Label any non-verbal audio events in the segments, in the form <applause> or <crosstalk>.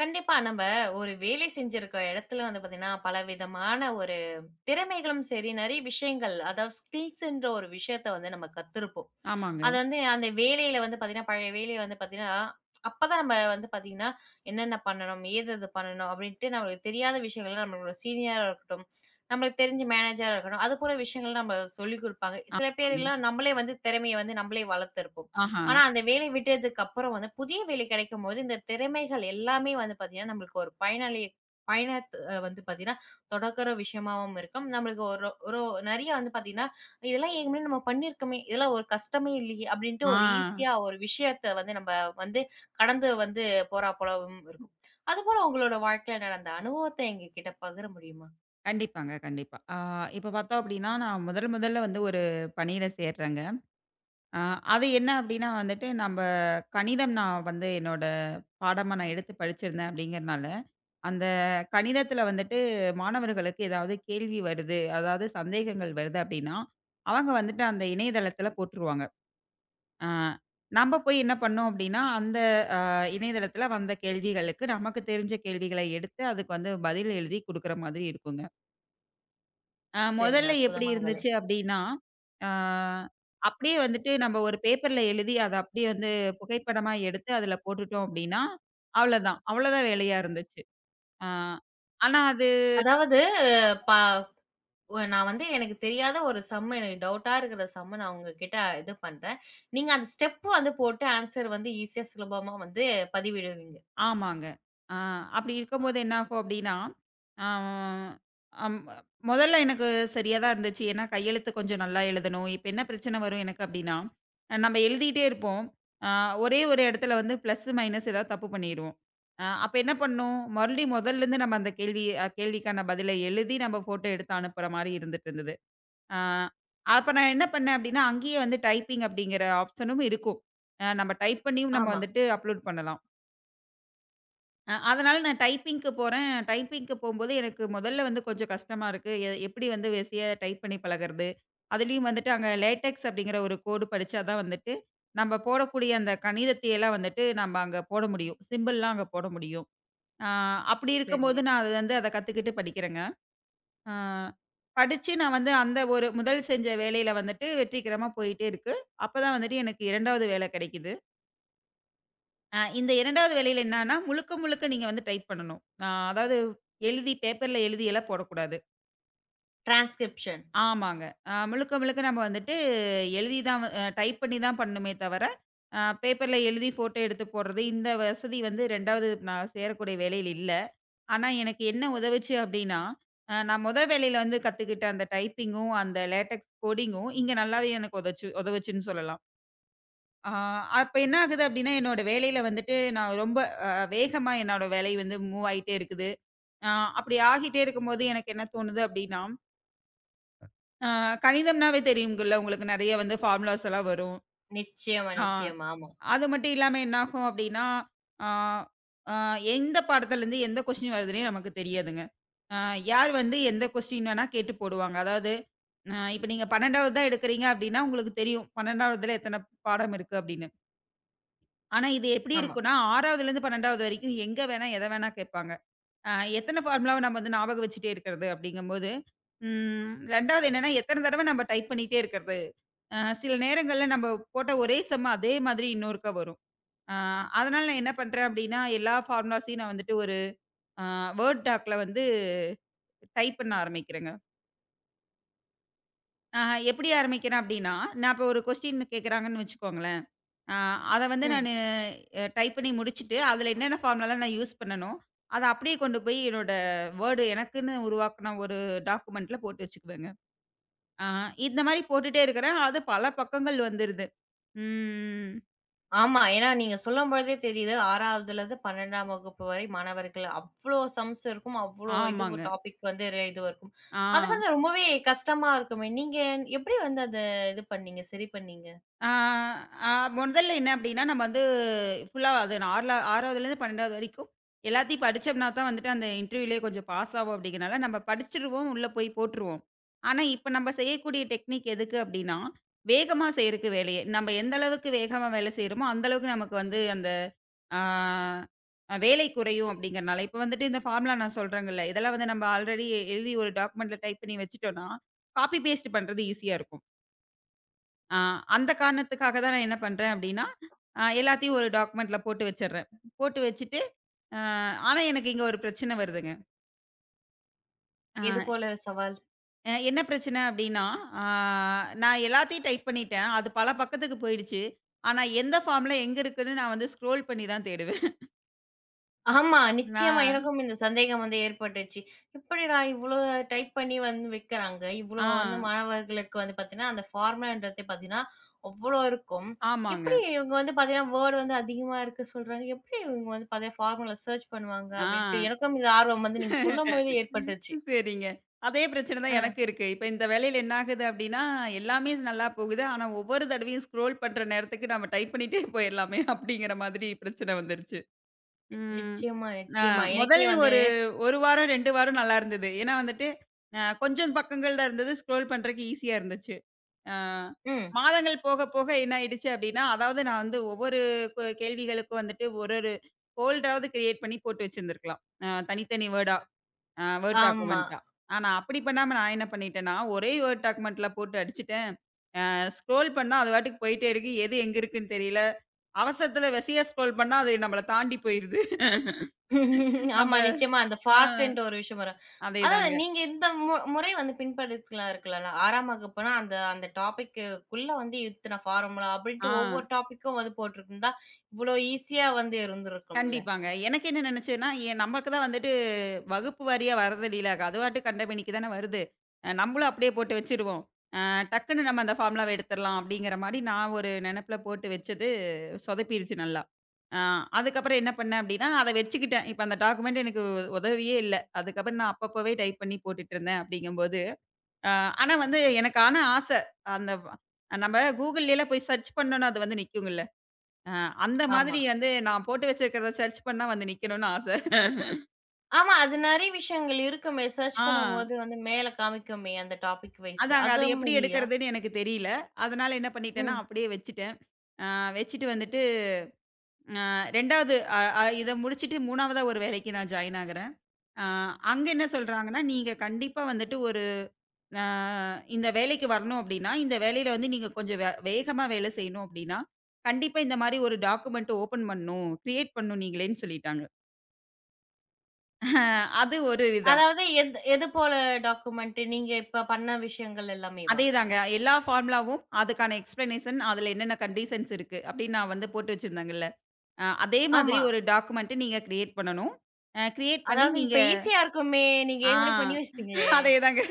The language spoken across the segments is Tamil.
கண்டிப்பா. நம்ம ஒரு வேலை செஞ்சிருக்க இடத்துல வந்து பார்த்தீங்கன்னா, பலவிதமான ஒரு திறமைகளும் சரி, நிறைய விஷயங்கள் அதாவது ஸ்கில்ஸ்ன்ற ஒரு விஷயத்த வந்து நம்ம கத்திருப்போம். ஆமாங்க. அது வந்து அந்த வேலையில வந்து பார்த்தீங்கன்னா, பழைய வேலைய வந்து பார்த்தீங்கன்னா, அப்பதான் நம்ம வந்து பார்த்தீங்கன்னா, என்னென்ன பண்ணணும்? ஏது எது பண்ணணும்? அப்படின்ட்டு நம்மளுக்கு தெரியாத விஷயங்கள் நம்மளோட சீனியரா இருக்கட்டும், நம்மளுக்கு தெரிஞ்ச மேனேஜரா இருக்கட்டும், அது போல விஷயங்கள் நம்ம சொல்லிக் குடுப்பாங்க. சில ஆமாங்க. பேரெல்லாம் நம்மளே வந்து திறமைய வந்து நம்மளே வளர்த்திருப்போம். ஆஹா. ஆனா அந்த வேலை விட்டதுக்கு அப்புறம் வந்து புதிய வேலை கிடைக்கும்போது, இந்த திறமைகள் எல்லாமே வந்து பார்த்தீங்கன்னா, நம்மளுக்கு ஒரு பயனளிய பயணத்த வந்து பார்த்தீங்கன்னா, தொடக்கிற விஷயமாவும் இருக்கும். நம்மளுக்கு ஒரு ஒரு நெறைய வந்து பார்த்தீங்கன்னா, இதெல்லாம் ஏற்கனவே நம்ம பண்ணியிருக்கோமே! இதெல்லாம் ஒரு கஷ்டமே இல்லையே! அப்பிடின்ட்டு ஆ. ஒரு ஈஸியா ஒரு விஷயத்த வந்து நம்ம வந்து கடந்து வந்து போறா போலவும் இருக்கும். அதுபோல உங்களோட வாழ்க்கையில நடந்த அனுபவத்த எங்ககிட்ட பகிர முடியுமா? கண்டிப்பாங்க, கண்டிப்பா. இப்ப பார்த்தோம் அப்டின்னா, நான் முதல் முதல்ல வந்து ஒரு பணியில சேர்றேங்க. ஆ அது என்ன அப்டின்னா வந்துட்டு, நம்ப கணிதம் நான் வந்து என்னோட பாடமா நான் எடுத்து படிச்சிருந்தேன் அப்டிங்கிறனால, அந்த கணிதத்துல வந்துட்டு மாணவர்களுக்கு ஏதாவது கேள்வி வருது, அதாவது சந்தேகங்கள் வருது அப்டின்னா, அவங்க வந்துட்டு அந்த இணையதளத்துல போட்டுருவாங்க. ஆ, நம்ம போய் என்ன பண்ணோம் அப்படின்னா, அந்த அ இணையதளத்தில வந்த கேள்விகளுக்கு நமக்கு தெரிஞ்ச கேள்விகள எடுத்து, அதுக்கு வந்து பதில் எழுதி குடுக்குற மாதிரி இருக்குங்க. சரிங்க. முதல்ல எப்படி அற்புதமான வேலை. இருந்துச்சு அப்படின்னா, ஆ அப்படியே வந்துட்டு நம்ம ஒரு பேப்பர்ல எழுதி, அத அப்படியே வந்து புகைப்படமா எடுத்து அதில போட்டுட்டோம் அப்படின்னா, அவ்வளோதான். அவ்வளோதான் வேலையா இருந்துச்சு. ஆ ஆனா அது அதாவது ப நான் வந்து எனக்கு தெரியாத ஒரு சம்மு எனக்கு டவுட்டா இருக்கிற சம்ம நான் உங்ககிட்ட இது பண்றேன். நீங்க அந்த ஸ்டெப் வந்து போட்டு ஆன்ஸர் வந்து ஈஸியா சுலபமா வந்து பதிவிடுவீங்க. ஆமாங்க. ஆ அப்படி ஆ- இருக்கும்போது என்னாகும் அப்படின்னா, ஆ அம் மொதல்ல எனக்கு சரியா தான் இருந்துச்சு. ஏன்னா கையெழுத்து கொஞ்சம் நல்லா எழுதணும். இப்ப என்ன பிரச்சனை வரும் எனக்கு அப்படின்னா, நம்ம எழுதிட்டே இருப்போம். ஆ ஒரே ஒரு இடத்துல வந்து பிளஸ், மைனஸ் ஏதாவது தப்பு பண்ணிருவோம். அப்ப என்ன பண்ணணும், மறுபடியும் மொதல்லேருந்து நம்ம அந்த கேள்வி கேள்விக்கான பதில எழுதி நம்ம ஃபோட்டோ எடுத்து அனுப்புற மாரி இருந்துட்டு இருந்தது. ஆ அப்ப நான் என்ன பண்ணேன் அப்படின்னா, அங்கேயே வந்து டைப்பிங் அப்படிங்கிற ஆப்ஷனும் இருக்கும். நம்ம டைப் பண்ணியும் நம்ம ஆமா. வந்துட்டு அப்லோட் பண்ணலாம். அதனால நான் டைப்பிங்க்கு போறேன். டைப்பிங்க்கு போம்போது எனக்கு முதல்ல வந்து கொஞ்சம் கஷ்டமா இருக்கு. எப்படி வந்து ஈஸியா டைப் பண்ணி பழகுறது? அதுலயும் வந்துட்டு அங்க லேடெக்ஸ் அப்படிங்கிற ஒரு கோடு படிச்சா தான் வந்துட்டு, நம்ம போடக்கூடிய அந்த கணிதத்தையெல்லாம் வந்துட்டு நம்ம அங்க போட முடியும். சிம்பிள்லாம் அங்க போட முடியும். ஆ அப்படி இருக்கும்போது சரிங்க. நான் அது வந்து அத கத்துக்கிட்டு படிக்கிறேங்க. ஆ படிச்சு நான் வந்து அந்த ஒரு முதல் செஞ்ச வேலையில வந்துட்டு வெற்றிகரமா போயிட்டே இருக்கு. அப்பதான் வந்துட்டு எனக்கு 2வது வேலை கிடைக்குது. இந்த 2வது வேலையில என்னான்னா, முழுக்க முழுக்க நீங்க வந்து டைப் பண்ணணும். அதாவது எழுதி பேப்பர்ல எழுதி எல்லாம் போடக்கூடாது. டிரான்ஸ்கிரிப்ஷன். ஆமாங்க. முழுக்க முழுக்க நம்ம வந்துட்டு எழுதி தான் டைப் பண்ணி தான் பண்ணணுமே தவிர, பேப்பர்ல எழுதி ஃபோட்டோ எடுத்து போடுறது, இந்த வசதி வந்து 2வது நான் சேரக்கூடிய வேலையில இல்ல. ஆனா எனக்கு என்ன உதவுச்சு அப்டின்னா, நான் மொத வேலையில வந்து கத்துக்கிட்ட அந்த டைப்பிங்கும், அந்த லேடெக்ஸ் கோடிங்கும் இங்க நல்லாவே எனக்கு உதச்சு உதவுச்சுன்னு சொல்லலாம். ஆ அப்ப என்ன ஆகுது அப்டின்னா, என்னோட வேலையில வந்துட்டு நான் ரொம்ப அ வேகமா என்னோட வேலை வந்து மூவ் ஆயிட்டே இருக்குது. அ அப்படி ஆகிட்டே இருக்கும்போது எனக்கு என்ன தோணுது அப்டின்னா, அ கணிதம்னாவே தெரியுங்கல்ல உங்களுக்கு நெறைய வந்து ஃபார்முலாஸ் எல்லாம் வரும். நிச்சயமா, ஆ நிச்சயமா. ஆமா, அது மட்டும் இல்லாம என்னாகும் அப்டின்னா, ஆ அ எந்த பாடத்துலருந்து எந்த கொஸ்டின் வருதுன்னே நமக்கு தெரியாதுங்க. அ யார் வந்து எந்த கொஸ்டின் வேணா கேட்டு போடுவாங்க. அதாவது, இப்ப நீங்க 12வது தான் எடுக்கிறீங்க அப்டின்னா உங்களுக்கு தெரியும். 12வதுல எத்தன பாடம் இருக்கு அப்டின்னு. ஆனா, இது எப்படி ஆமா. இருக்கும்ன்னா, 6வதுலேருந்து 12வது வரைக்கும் எங்க வேணா, எத வேணா கேட்பாங்க. அ எத்தன ஃபார்முலாவ நம்ம வந்து ஞாபகம் வச்சுட்டே இருக்கிறது அப்படிங்கும்போது, 2வது என்னன்னா, எத்தன தடவ நம்ம டைப் பண்ணிட்டே இருக்கிறது. சில நேரங்கள்ல நம்ம போட்ட ஒரே சம் அதே மாதிரி இன்னொருக்கா வரும். அ அதனால நான் என்ன பண்றேன் அப்படின்னா, எல்லா ஃபார்முலாஸையும் நான் வந்துட்டு ஒரு அ வேர்ட் டாக்ல வந்து டைப் பண்ண ஆரம்பிக்கிறேங்க. அ எப்படி ஆரம்பிக்கிறேன் அப்படின்னா, நான் இப்போ ஒரு கொஸ்டின் கேட்குறாங்கன்னு வச்சுக்கோங்களேன். ஆ அத வந்து ம். நானு அ டைப் பண்ணி முடிச்சுட்டு, அதுல என்னென்ன ஃபார்முலாலாம் நான் யூஸ் பண்ணனோ, அத அப்படியே கொண்டு போய் என்னோட வேர்டு எனக்குன்னு உருவாக்குன ஒரு டாக்குமெண்ட்ல போட்டு வச்சுக்குவேங்க. ஆ இந்த மாரி போட்டுட்டே இருக்கிறேன். அது பல பக்கங்கள் வந்துருது. ம். ஆமா. ஏன்னா நீங்க சொல்லும்பொழுதே தெரியுது 6வதுலருந்து 12ஆம் வகுப்பு வரை மாணவர்கள் அவ்ளோ சம்ஸ் இருக்கும். அவ்ளோ இது ஆமாங்க. டாபிக் வந்து ர இதுவா இருக்கும். ஆ. அது வந்து ரொம்பவே கஷ்டமா இருக்குமே! நீங்க எப்படி வந்து அத இது பண்ணீங்க? சரி பண்ணீங்க? ஆ, ஆ, முதல்ல என்ன அப்படின்னா, நம்ம வந்து ஃபுல்லா அது நான் 6லா 6வதுலேருந்து 12வது வரைக்கும் எல்லாத்தையும் படிச்சோம்னா தான் வந்துட்டு அந்த இன்டர்வியூலயே கொஞ்சம் பாஸ் ஆவோம் அப்படிங்கிறனால, நம்ம படிச்சுருவோம், உள்ள போய் போட்டுருவோம். ஆனா, இப்ப நம்ம செய்யக்கூடிய டெக்னிக் எதுக்கு அப்படின்னா, வேகமா செய்றக்கு வேலைய. நம்ம எந்த அளவுக்கு வேகமா வேலை செய்றோமோ, அந்த அளவுக்கு நமக்கு வந்து அந்த ஆ அ வேலை குறையும் அப்படிங்கிறனால, இப்ப வந்துட்டு இந்த ஃபார்முலா நான் சொல்றேங்கல்ல, இதெல்லாம் வந்து நம்ம ஆல்ரெடி எழுதி ஒரு டாக்குமெண்ட்ல டைப் பண்ணி வச்சுட்டோம்னா, காப்பி பேஸ்ட் பண்றது ஈஸியா இருக்கும். ஆ அந்த காரணத்துக்காக தான் நான் என்ன பண்றேன் அப்டின்னா, எல்லாத்தையும் ஒரு டாக்குமெண்ட்ல போட்டு வச்சுர்றேன். போட்டு வச்சுட்டு, அ ஆனா எனக்கு இங்க ஒரு பிரச்சனை வருதுங்க. எது அ போல சவால்? அ என்ன பிரச்சனை அப்டின்னா, ஆ நான் எல்லாத்தையும் டைப் பண்ணிட்டேன். அது பல பக்கத்துக்கு போயிடுச்சு. ஆனா எந்த ஃபார்ம்ல எங்க இருக்குன்னு நான் வந்து ஸ்க்ரோல் பண்ணி தான் தேடுவேன். ஆமா. நிச்சயமா நான் எனக்கும் இந்த சந்தேகம் வந்து ஏற்பட்டுச்சு. எப்படிடா இவ்ளோ டைப் பண்ணி வந்து விக்கிறாங்க? இவ்ளோ ஆ வந்து மாணவர்களுக்கு வந்து பார்த்தீங்கன்னா, அந்த ஃபார்முலான்றதே பார்த்தீங்கன்னா, அவ்ளோ இருக்கும். ஆமாங்க. எப்படி இவங்க வந்து பார்த்தீங்கன்னா, வேர்ட் வந்து அதிகமா இருக்கு சொல்றாங்க. எப்படி இவங்க வந்து பார்த்தீங்கன்னா, ஃபார்முலா சர்ச் பண்ணுவாங்க? ஆ. அப்படின்ட்டு எனக்கும் இந்த ஆர்வம் வந்து நீங்க சொல்லும்பொழுது ஏற்பட்டுச்சு. சரிங்க. அதே பிரச்சனை தான் ஆ. எனக்கு இருக்கு. இப்ப இந்த வேலையில என்ன ஆகுது அப்டின்னா, எல்லாமே நல்லா போகுது. ஆனா, ஒவ்வொரு தடவையும் ஸ்க்ரோல் பண்ற நேரத்துக்கு நம்ம டைப் பண்ணிட்டே போயிரலாமே <laughs> அப்படிங்கிற மாதிரி பிரச்சனை வந்துருச்சு. ம். நிச்சயமா, அ நிச்சயமா. எனக்கே முதல் வந்து ஒரு 1 வாரம், 2 வாரம் நல்லா இருந்தது. ஏன்னா வந்துட்டு, கொஞ்சம் பக்கங்கள் தான் இருந்தது. ஸ்க்ரோல் பண்றதுக்கு ஈஸியா இருந்துச்சு. அ ம். மாதங்கள் போக, போக என்ன ஆயிடுச்சு அப்டின்னா, அதாவது நான் வந்து ஒவ்வொரு கேள்விகளுக்கும் வந்துட்டு ஒரு ஒரு ஃபோல்டராவது கிரியேட் பண்ணி போட்டு வச்சிருந்திருக்கலாம். தனித்தனி வேர்டா. வேர்ட் ஆமா. டாக்குமெண்ட்டா. ஆனா அப்படி பண்ணாம நான் என்ன பண்ணிட்டேன்னா, ஒரே வேர்ட் டாக்குமெண்ட்ல போட்டு அடிச்சுட்டேன். ஸ்க்ரோல் பண்ணா அது பாட்டுக்கு போயிட்டே இருக்கு. எது எங்க இருக்குன்னு தெரியல. அவசரத்துல வெசையா ஸ்க்ரோல் பண்ணா அது நம்மள தாண்டி போயிருது. <laughs> <laughs> நம்ம ஆமா, நிச்சயமா. அந்த ஆ ஃபாஸ்ட்ன்ற ஒரு விஷயம் வரும். அதாவது அதேதாங்க. நீங்க இந்த முறை வந்து பின்படுத்தலாம் இருக்கலாம்ல. 6ஆம் வகுப்புனா அந்த அந்த டாபிக்குக்குள்ள வந்து இத்தன ஃபார்முலா அப்படின்ட்டு ஆ. ஒவ்வொரு டாபிக்கும் வந்து போட்டிருந்தா, இவ்வளோ ஈஸியா வந்து இருந்திருக்கும்ல. கண்டிப்பாங்க. எனக்கு என்ன நினைச்சேன்னா, நமக்கு தான் வந்துட்டு வகுப்பு வாரியா வரதில்லைல. அது பாட்டுக்கு கண்டமேனிக்கு தானே வருது. நம்மளும் அப்படியே போட்டு வச்சுருவோம். அ டக்குன்னு நம்ம அந்த ஃபார்முலாவ எடுத்துரலாம் அப்படிங்கிற மாரி நான் ஒரு நெனப்புல போட்டு வச்சது சொதப்பிருச்சு நல்லா. அ அதுக்கப்புறம் என்ன பண்ணேன் அப்படின்னா, அத வச்சுக்கிட்டேன். இப்ப அந்த டாக்குமெண்ட் எனக்கு உதவியே இல்ல. அதுக்கப்புறம் நான் அப்பப்பவே டைப் பண்ணி போட்டுட்டுருந்தேன் அப்படிங்கும்போது, அ ஆனா வந்து எனக்கு ஆன ஆசை. அந்த வ- நம்ம கூகுள்லலாம் போய் சர்ச் பண்ணோம்னா அது வந்து நிக்குங்கல்ல. அ அந்த ஆமா. மாதிரி வந்து நான் போட்டு வச்சிருக்கிறத சர்ச் பண்ணா வந்து நிக்கணும்னு ஆச. ஆமா. அது நெறைய விஷயங்கள் இருக்குமே. சர்ச் ஆ பண்ணும்போது வந்து மேல காமிக்குமே அந்த டாபிக் வைஸ். அதாங்க. அது அதுவும் எப்படி இல்லையா? எடுக்கிறதுன்னு எனக்கு தெரியல. அதனால என்ன பண்ணிட்டேன்னா, ம். அப்படியே வச்சுட்டேன். அ வச்சுட்டு வந்துட்டு அ 2வது அ அ இத முடிச்சுட்டு 3வதா ஒரு வேலைக்கு நான் ஜாயின் ஆகுறேன். அ அங்க என்ன சொல்றாங்கன்னா, நீங்க கண்டிப்பா வந்துட்டு ஒரு அ இந்த வேலைக்கு வரணும் அப்படின்னா, இந்த வேலையில வந்து நீங்க கொஞ்சம் வேகமா வேலை செய்யணும் அப்படின்னா, கண்டிப்பா இந்த மாரி ஒரு டாக்குமெண்ட் ஓப்பன் பண்ணணும், கிரியேட் பண்ணணும் நீங்களேன்னு சொல்லிட்டாங்க. அது ஒரு விதம். அதாவது எது எது போல டாக்குமெண்ட் நீங்க இப்ப பண்ண விஷயங்கள் எல்லாமேவா? அதேதாங்க. எல்லா ஃபார்முலாவும், அதுக்கான எக்ஸ்ப்ளனேஷன் அதுல என்னென்ன கண்டிஷன்ஸ் இருக்கு அப்டின்னு நான் வந்து போட்டு வச்சிருந்தேங்கல்ல. அதே மாதிரி ஆமா. ஒரு டாக்குமெண்ட் நீங்க கிரியேட் பண்ணணும். அ கிரியேட் பண்ணி அதாவது நீங்க இப்ப ஈஸியா இருக்குமே. நீங்க ஆ ஏற்கனவே பண்ணி வச்சுட்டீங்களே! அதேதாங்க.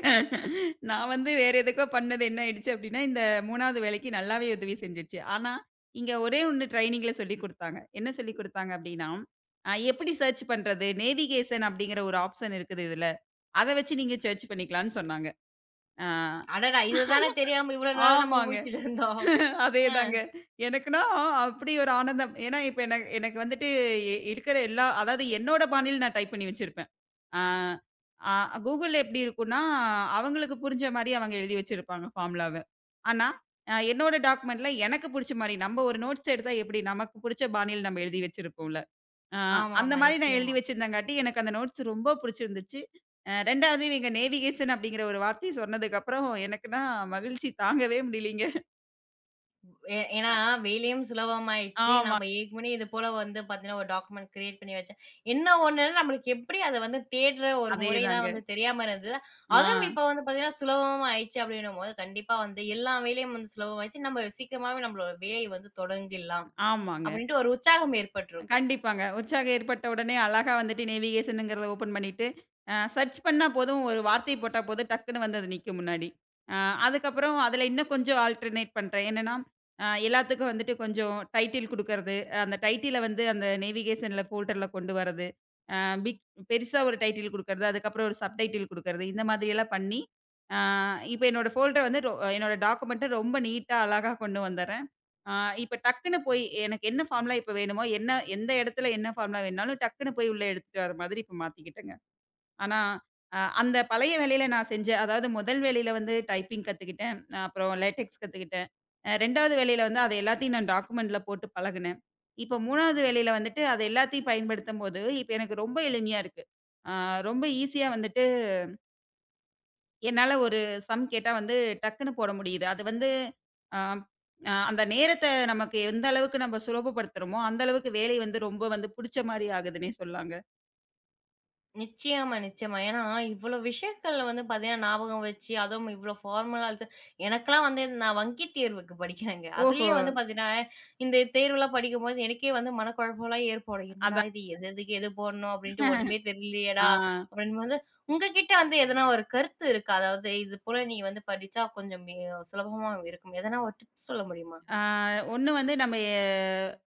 நான் வந்து வேற எதுக்கோ பண்ணது என்ன ஆயிடுச்சு அப்டின்னா, இந்த 3வது வேலைக்கு நல்லாவே உதவி செஞ்சுச்சு. ஆனா, இங்க ஒரே ஒண்ணு ட்ரெய்னிங்ல சொல்லிக் குடுத்தாங்க. என்ன சொல்லிக் குடுத்தாங்க அப்டின்னா, எப்படி சர்ச் பண்றது? நேவிகேஷன் அப்டிங்கிற ஒரு ஆப்ஷன் இருக்குது இதுல. அத வச்சு நீங்க சர்ச் பண்ணிக்கலாம்னு சொன்னாங்க. ஆ அடடா! இது தானே தெரியாம இவ்வளோ நாள் நம்ம ஆமாங்க. முழிச்சுட்டு இருந்தோம். அ. அதேதாங்க. எனக்குன்னா அப்படி ஒரு ஆனந்தம். ஏன்னா, இப்ப எனக்கு எனக்கு வந்துட்டு இருக்கிற எல்லா அதாவது என்னோட பாணியில நான் டைப் பண்ணி வச்சிருப்பேன். ஆ ஆ கூகுள்ல எப்படி இருக்கும்னா, அவங்களுக்கு புரிஞ்ச மாரி அவங்க எழுதி வச்சிருப்பாங்க ஃபார்முலாவ. ஆனா, என்னோட டாக்குமெண்ட்ல எனக்கு புடிச்ச மாரி நம்ம ஒரு நோட்ஸ் எடுத்தா எப்படி நமக்கு புடிச்ச பாணியில நம்ம எழுதி வச்சிருப்போம்ல. ஆ ஆமா, அந்த ஆமா. மாரி நான் நிச்சயமா. எழுதி வச்சிருந்தங்காட்டி எனக்கு அந்த நோட்ஸ் ரொம்ப புடிச்சிருந்துச்சு. 2வது இவங்க நேவிகேஷன் அப்படிங்கிற ஒரு வார்த்தைய சொன்னதுக்கப்புறம் எனக்குன்னா மகிழ்ச்சி தாங்கவே முடியலைங்க. ஏன்னா வேலையும் சுலபமாயிடுச்சு. நம்ம ஆமாங்க. ஏற்கனவே இது போல வந்து பார்த்தீங்கன்னா, ஒரு டாக்குமெண்ட் கிரியேட் பண்ணி வச்சேன். என்ன ஒண்ணுன்னா, நம்மளுக்கு எப்படி அத வந்து தேடுற ஒரு முறை தான் அதேதாங்க. வந்து தெரியாம இருந்தது. ஆ, அதுவும் இப்ப வந்து பார்த்தீங்கன்னா, சுலபமா ஆயிடுச்சு அப்படின்னும்போது, கண்டிப்பா வந்து எல்லா வேலையும் வந்து சுலபமாயிடுச்சு. நம்ம சீக்கிரமாவே நம்மளோட வேலைய வந்து தொடங்கிடலாம். ஆமாங்க. அப்படின்ட்டு ஒரு உற்சாகம் ஏற்பட்டிருக்கும். கண்டிப்பாங்க. உற்சாகம் ஏற்பட்ட உடனே அழகா வந்துட்டு நேவிகேஷன்ங்கிறத ஓப்பன் பண்ணிட்டு, சர்ச் பண்ணா போதும், ஒரு வார்த்தை போட்டா போதும், டக்குன்னு வந்து அது நிக்கும் முன்னாடி. அ அதுக்கப்புறம் அதில இன்னும் கொஞ்சம் ஆல்டர்னேட் பண்றேன். என்னன்னா, எல்லாத்துக்கும் வந்துட்டு கொஞ்சம் டைட்டில் குடுக்கறது. அந்த டைட்டில வந்து அந்த நேவிகேஷன்ல ஃபோல்டர்ல கொண்டு வரது. அ பிக் பெருசா ஒரு டைட்டில் குடுக்கறது. அதுக்கப்புறம் ஒரு சப் டைட்டில் குடுக்கறது. இந்த மாதிரியெல்லாம் பண்ணி, அ இப்ப என்னோட ஃபோல்டர் வந்து என்னோட டாக்குமெண்ட்ட ரொம்ப நீட்டா, அழகா கொண்டு வந்துர்றேன். ஆ இப்ப டக்குன்னு போய் எனக்கு என்ன ஃபார்முலா இப்ப வேணுமோ, எந்த இடத்துல என்ன ஃபார்முலா வேணும்னாலும் டக்குன்னு போய் உள்ள எடுத்துட்டு வர மாதிரி இப்ப மாத்திக்கிட்டேங்க. ஆனா, அந்த பழைய வேலையில நான் செஞ்ச அதாவது முதல் வேலையில வந்து டைப்பிங் கத்துக்கிட்டேன். அப்புறம் லேடெக்ஸ் கத்துக்கிட்டேன். 2வது வேலையில வந்து அது எல்லாத்தையும் நான் டாக்குமெண்ட்ல போட்டு பழகுனேன். இப்ப 3வது வேலையில வந்துட்டு அது எல்லாத்தையும் பயன்படுத்தும்போது, இப்ப எனக்கு ரொம்ப எளிமையா இருக்கு. ஆ ரொம்ப ஈஸியா வந்துட்டு என்னால ஒரு சம் கேட்டா வந்து டக்குன்னு போட முடியுது. அது வந்து அ அ அந்த நேரத்த நமக்கு எந்த அளவுக்கு நம்ம சுலபப்படுத்துறோமோ, அந்த அளவுக்கு வேலை வந்து ரொம்ப வந்து புடிச்ச மாரி ஆகுதுன்னே சொல்லாங்க. நிச்சயமா, நிச்சயமா. ஏன்னா, இவ்வளோ விஷயங்கள்ல வந்து பார்த்தீங்கன்னா, ஞாபகம் வச்சு, அதுவும் இவ்வளோ ஃபார்மலா வச்சு எனக்கெல்லாம் வந்து நான் வங்கி தேர்வுக்கு படிக்கிறேங்க. ஓஹோ! அதுலயே வந்து பார்த்தீங்கன்னா, இந்த தேர்வுலாம் படிக்கும்போது எனக்கே வந்து மனக்குழப்பம்லாம் ஏற்படும். "என்னடா அதான். இது? எது எதுக்கு எது போடணும் அப்படின்ட்டு ஒண்ணுமே தெரியலையேடா!" ஆ. அப்படின்போது, உங்ககிட்ட வந்து எதனா ஒரு கருத்து இருக்கா? அதாவது, இது போல நீங்க வந்து படிச்சா கொஞ்சம் மி சுலபமா இருக்கும். எதனா ஒரு டிப்ஸ் சொல்ல முடியுமா? ஆ, ஒண்ணு வந்து நம்ம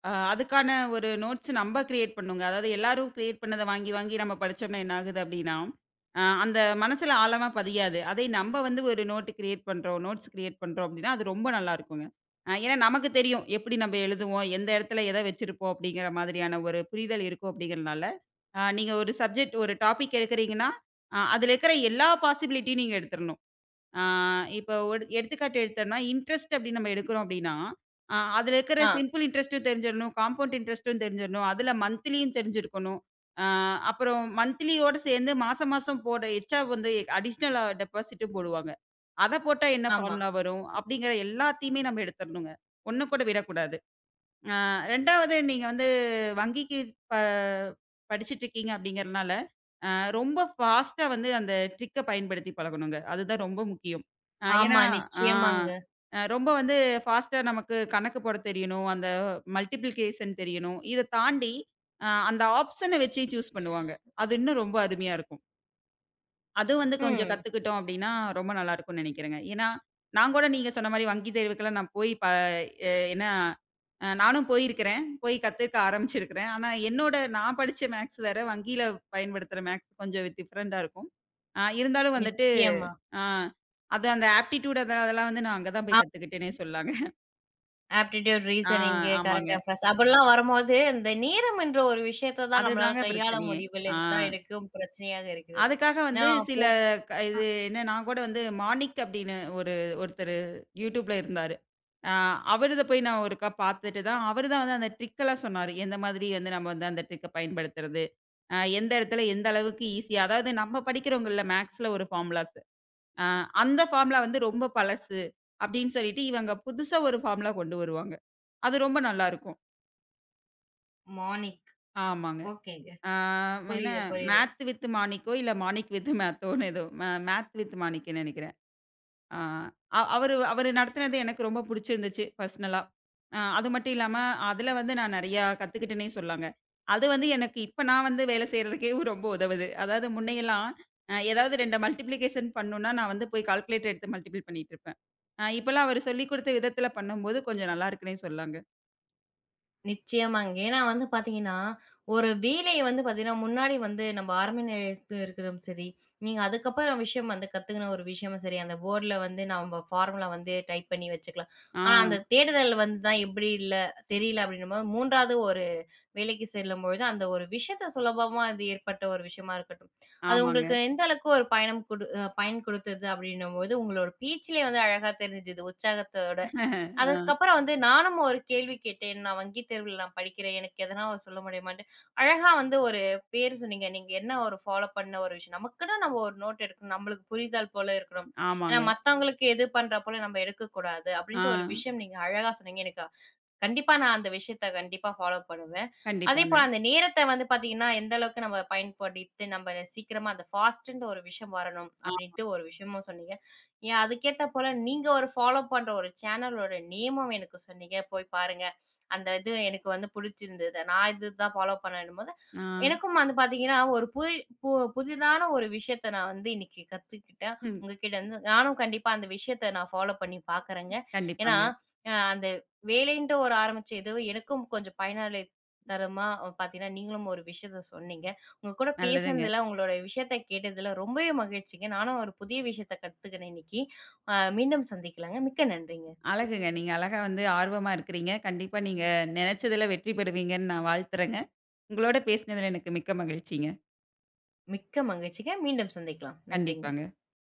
அதுக்கான ஒரு நோட்ஸ் நம்ப கிரியேட் பண்ணுங்க. அதாவது எல்லாரும் கிரியேட் பண்ணத வாங்கி, வாங்கி நம்ம படிச்சோம்னா என்ன ஆகுது அப்டின்னா, அந்த மனசுல ஆழமா பதியாது. அதே நம்ப வந்து ஒரு நோட் கிரியேட் பண்றோம், நோட்ஸ் கிரியேட் பண்றோம் அப்டின்னா, அது ரொம்ப நல்லா இருக்குங்க. ஏன்னா நமக்கு தெரியும். எப்படி நம்ம எழுதுவோம், எந்த இடத்துல எத வச்சிருப்போம் அப்படிங்கிற மாதிரியான ஒரு புரிதல் இருக்கும் அப்படிங்கிறனால, நீங்க ஒரு சப்ஜெக்ட் ஒரு டாபிக் எடுக்குறீங்கன்னா, அதுல இருக்கிற எல்லா பாசிபிலிட்டியும் நீங்க எடுத்துறணும். ஆ இப்போ ஒரு எடுத்துக்காட்டு எடுத்தோம்னா, இன்ட்ரெஸ்ட் அப்படின்னு நம்ம எடுக்கிறோம் அப்படின்னா, அதில இருக்கிற ஆ, சிம்பிள் இன்ட்ரெஸ்ட்டும் தெரிஞ்சிரணும், கம்பவுண்ட் இன்ட்ரெஸ்ட்டும் தெரிஞ்சிரணும், அதில மந்த்லியும் தெரிஞ்சிருக்கணும். ஆ அப்புறம் மந்த்லியோட சேர்ந்து மாசம் மாசம் போடுற எச்சா வந்து அடிஷனலா டெபாசிட்டும் போடுவாங்க. அத போட்டா என்ன ஆமா. ஃபார்முலா வரும்? அப்படிங்கிற எல்லாத்தையுமே நம்ம எடுத்துரணுங்க. ஒண்ணு கூட விடக்கூடாது. ஆ 2வது நீங்க வந்து வங்கிக்கு ப படிச்சிட்டுருக்கீங்க அப்படிங்கிறனால, அ ரொம்ப ஃபாஸ்ட்டா வந்து அந்த ட்ரிக்க பயன்படுத்தி பழகணுங்க. அதுதான் ரொம்ப முக்கியம். அ ஏன்னா ஆமா, ஆ நிச்சயமாங்க. அ ரொம்ப வந்து ஃபாஸ்ட்டா நமக்கு கணக்கு போட தெரியணும். அந்த மல்டிப்ளிகேஷன் தெரியணும். இத தாண்டி அந்த ஆப்ஷன வச்சு சூஸ் பண்ணுவாங்க. அது இன்னும் ரொம்ப அருமையா இருக்கும். அது வந்து கொஞ்சம் ம். கத்துக்கிட்டோம் அப்டின்னா, ரொம்ப நல்லா இருக்கும்னு நெனைக்கிறேங்க. ஏன்னா, நான் கூட நீங்க சொன்ன மாரி வங்கி தேர்வுக்கெல்லாம் நான் போய் ப எ ஏன்னா, நானும் போயிருக்கிறேன். போய் கத்துக்க ஆரம்பிச்சிருக்கிறேன். ஆனா, என்னோட நான் படிச்ச மேக்ஸ் வேற, வங்கியில பயன்படுத்துற மேக்ஸ் கொஞ்சம் டிஃபரண்டா இருக்கும். இருந்தாலும் வந்துட்டு, நிச்சயமா. ஆ அது அந்த ஆப்டிட்யூட் அதெல்லாம் வந்து நான் அங்க தான் போய் கத்துக்கிட்டேனே சொல்லாங்க. ஆப்டிட்யூட், ஆ ரீசனிங்கு, கரண்ட் ஆமாங்க. அஃபேர்ஸ் அப்படிலாம் வரும்போது, இந்த நேரம் என்ற ஒரு விஷயத்த தான் நம்மளால அதுதாங்க கையாள பிரச்சனையே. ஆ. முடியவில்லைன்னு தான் எனக்கும் பிரச்சனையாக இருக்கிறது. அதுக்காக ஏன்னா வந்து அப்போ சில இது என்ன நான் கூட வந்து மாணிக் அப்படின்னு ஒரு ஒருத்தரு யூடியூப்ல இருந்தாரு. அ அவருத போய் நான் ஒருக்கா பார்த்துட்டு தான் அவரு தான் வந்து அந்த ட்ரிக்கெல்லாம் சொன்னாரு. எந்த மாதிரி வந்து நம்ம வந்து அந்த ட்ரிக்க பயன்படுத்துறது. எந்த இடத்துல எந்த அளவுக்கு ஈஸியா அதாவது நம்ம படிக்கிறோங்கல்ல மேக்ஸ்ல ஒரு ஃபார்முலாஸ். அ அந்த ஃபார்முலா வந்து ரொம்ப பழசு அப்படின்னு சொல்லிட்டு இவங்க புதுசா ஒரு ஃபார்முலா கொண்டு வருவாங்க. அது ரொம்ப நல்லாருக்கும். மார்னிங் ஆமாங்க. ஓகேங்க. அ என்ன புரியுது, புரியுது. மேத் வித் மாணிக்கோ இல்ல மாணிக் வித் மேத்தோன்னு ஏதோ மேத் வித் மாணிக்ன்னு நெனைக்கிறேன். ஆ, அ அவரு அவரு நடத்தினது எனக்கு ரொம்ப புடிச்சிருந்துச்சு பர்சனலா. அது மட்டும் இல்லாம, அதுல வந்து நான் நெறையா கத்துக்கிட்டேன்னே சொல்லாங்க. அது வந்து எனக்கு இப்ப நான் வந்து வேலை செய்றதுக்கே ரொம்ப உதவுது. அதாவது முன்னையெல்லாம் ஏதாவது 2 மல்டிப்ளிகேஷன் பண்ணும்னா, நான் வந்து போய் கால்குலேட்டர் எடுத்து மல்டிபிள் பண்ணிட்டுருப்பேன். இப்பலாம் அவரு சொல்லிக் குடுத்த விதத்துல பண்ணும்போது கொஞ்சம் நல்லா இருக்குன்னே சொல்லாங்க. நிச்சயமாங்க. ஏன்னா வந்து பார்த்தீங்கன்னா, ஒரு வேலைய வந்து பார்த்தீங்கன்னா, முன்னாடி வந்து நம்ம ஆரம்ப நிலையத்துல இருக்கிறதும் சரி, நீங்க அதுக்கப்புறம் விஷயம் வந்து கத்துக்கின ஒரு விஷயமும் சரி, அந்த போர்ட்ல வந்து நம்ம ஃபார்முலா வந்து டைப் பண்ணி வச்சுக்கலாம். ஆ, ஆனா, அந்த தேடுதல் வந்து தான் எப்படி இல்ல தெரியல அப்படின்னும்போது 3வது ஒரு வேலைக்கு செல்லும்பொழுது, அந்த ஒரு விஷயத்த சுலபமா அது ஏற்பட்ட ஒரு விஷயமா இருக்கட்டும். அது ஆமாங்க. உங்களுக்கு எந்த அளவுக்கு ஒரு பயணம் குடு அ பயன் குடுத்தது அப்டின்னும்போது, உங்களோட பேச்சிலே வந்து அழகா தெரிஞ்சுது உற்சாகத்தோட. <laughs> ஆ, அதுக்கப்புறம் வந்து நானும் ஒரு கேள்வி கேட்டேன். நான் வங்கி தேர்வுல நான் படிக்கிறேன். எனக்கு எதனா ஒரு சொல்ல முடியுமான்ட்டு. அழகா வந்து ஒரு பேர் சொன்னீங்க. நீங்க என்ன ஒரு ஃபாலோ பண்ண ஒரு விஷயம். நமக்குன்னு நம்ம ஒரு நோட் எடுக்கணும். நம்மளுக்கு புரிதல் போல இருக்கணும். ஏன்னா ஆமாங்க. மத்தவங்களுக்கு எது பண்றா போல நம்ம எடுக்கக்கூடாது ஆ, அப்டின்ட்டு ஒரு விஷயம் நீங்க அழகா சொன்னீங்க. எனக்கு கண்டிப்பா நான் அந்த விஷயத்த கண்டிப்பா ஃபாலோ பண்ணுவேன். அதேபோல கண்டிப்பாங்க. அந்த நேரத்த வந்து பார்த்தீங்கன்னா, எந்த அளவுக்கு நம்ம பயன்படுத்தி நம்ம சீக்கிரமா அந்த ஃபாஸ்ட்ன்ற ஒரு விஷயம் வரணும் ஆ, அப்படின்ட்டு ஒரு விஷயமும் சொன்னீங்க. ஏன் அதுக்கேத்த போல நீங்க ஒரு ஃபாலோ பண்ற ஒரு சேனலோட நேமும் எனக்கு சொன்னீங்க. போய் பாருங்க. அந்த இது எனக்கு வந்து புடிச்சிருந்தது. நான் இதுதான் ஃபாலோ பண்ணேன்னும்போது, ஆ, எனக்கும் வந்து பார்த்தீங்கன்னா, ஒரு பு புதிதான ஒரு விஷயத்த நான் வந்து இன்னைக்கு கத்துக்கிட்டேன். ம். உங்ககிட்ட இருந்து. நானும் கண்டிப்பா அந்த விஷயத்த நான் ஃபாலோ பண்ணி பார்க்குறேங்க. ஏன்னா, கண்டிப்பாங்க. அ வேலைன்ற ஒரு ஆரம்பிச்ச இது எனக்கும் கொஞ்சம் பயனாளி தரமா பாத்தீங்கன்னா, நீங்களும் ஒரு விஷயத்த சொன்னீங்க. உங்க கூட நல்லதுங்க. பேசுனதுல, உங்களோட விஷயத்த கேட்டதுல ரொம்பவே மகிழ்ச்சிங்க. நானும் ஒரு புதிய விஷயத்த கத்துக்கினேன் இன்னைக்கு. மீண்டும் சந்திக்கலாங்க. மிக்க நன்றிங்க. அழகுங்க. நீங்க அழகா வந்து ஆர்வமா இருக்கிறீங்க. கண்டிப்பா நீங்க நெனைச்சதுல வெற்றி பெறுவீங்கன்னு நான் வாழ்த்துறேங்க. உங்களோட பேசினதுல எனக்கு மிக்க மகிழ்ச்சிங்க. மிக்க மகிழ்ச்சிங்க. மீண்டும் சந்திக்கலாம். நன்றிங்க. கண்டிப்பாங்க.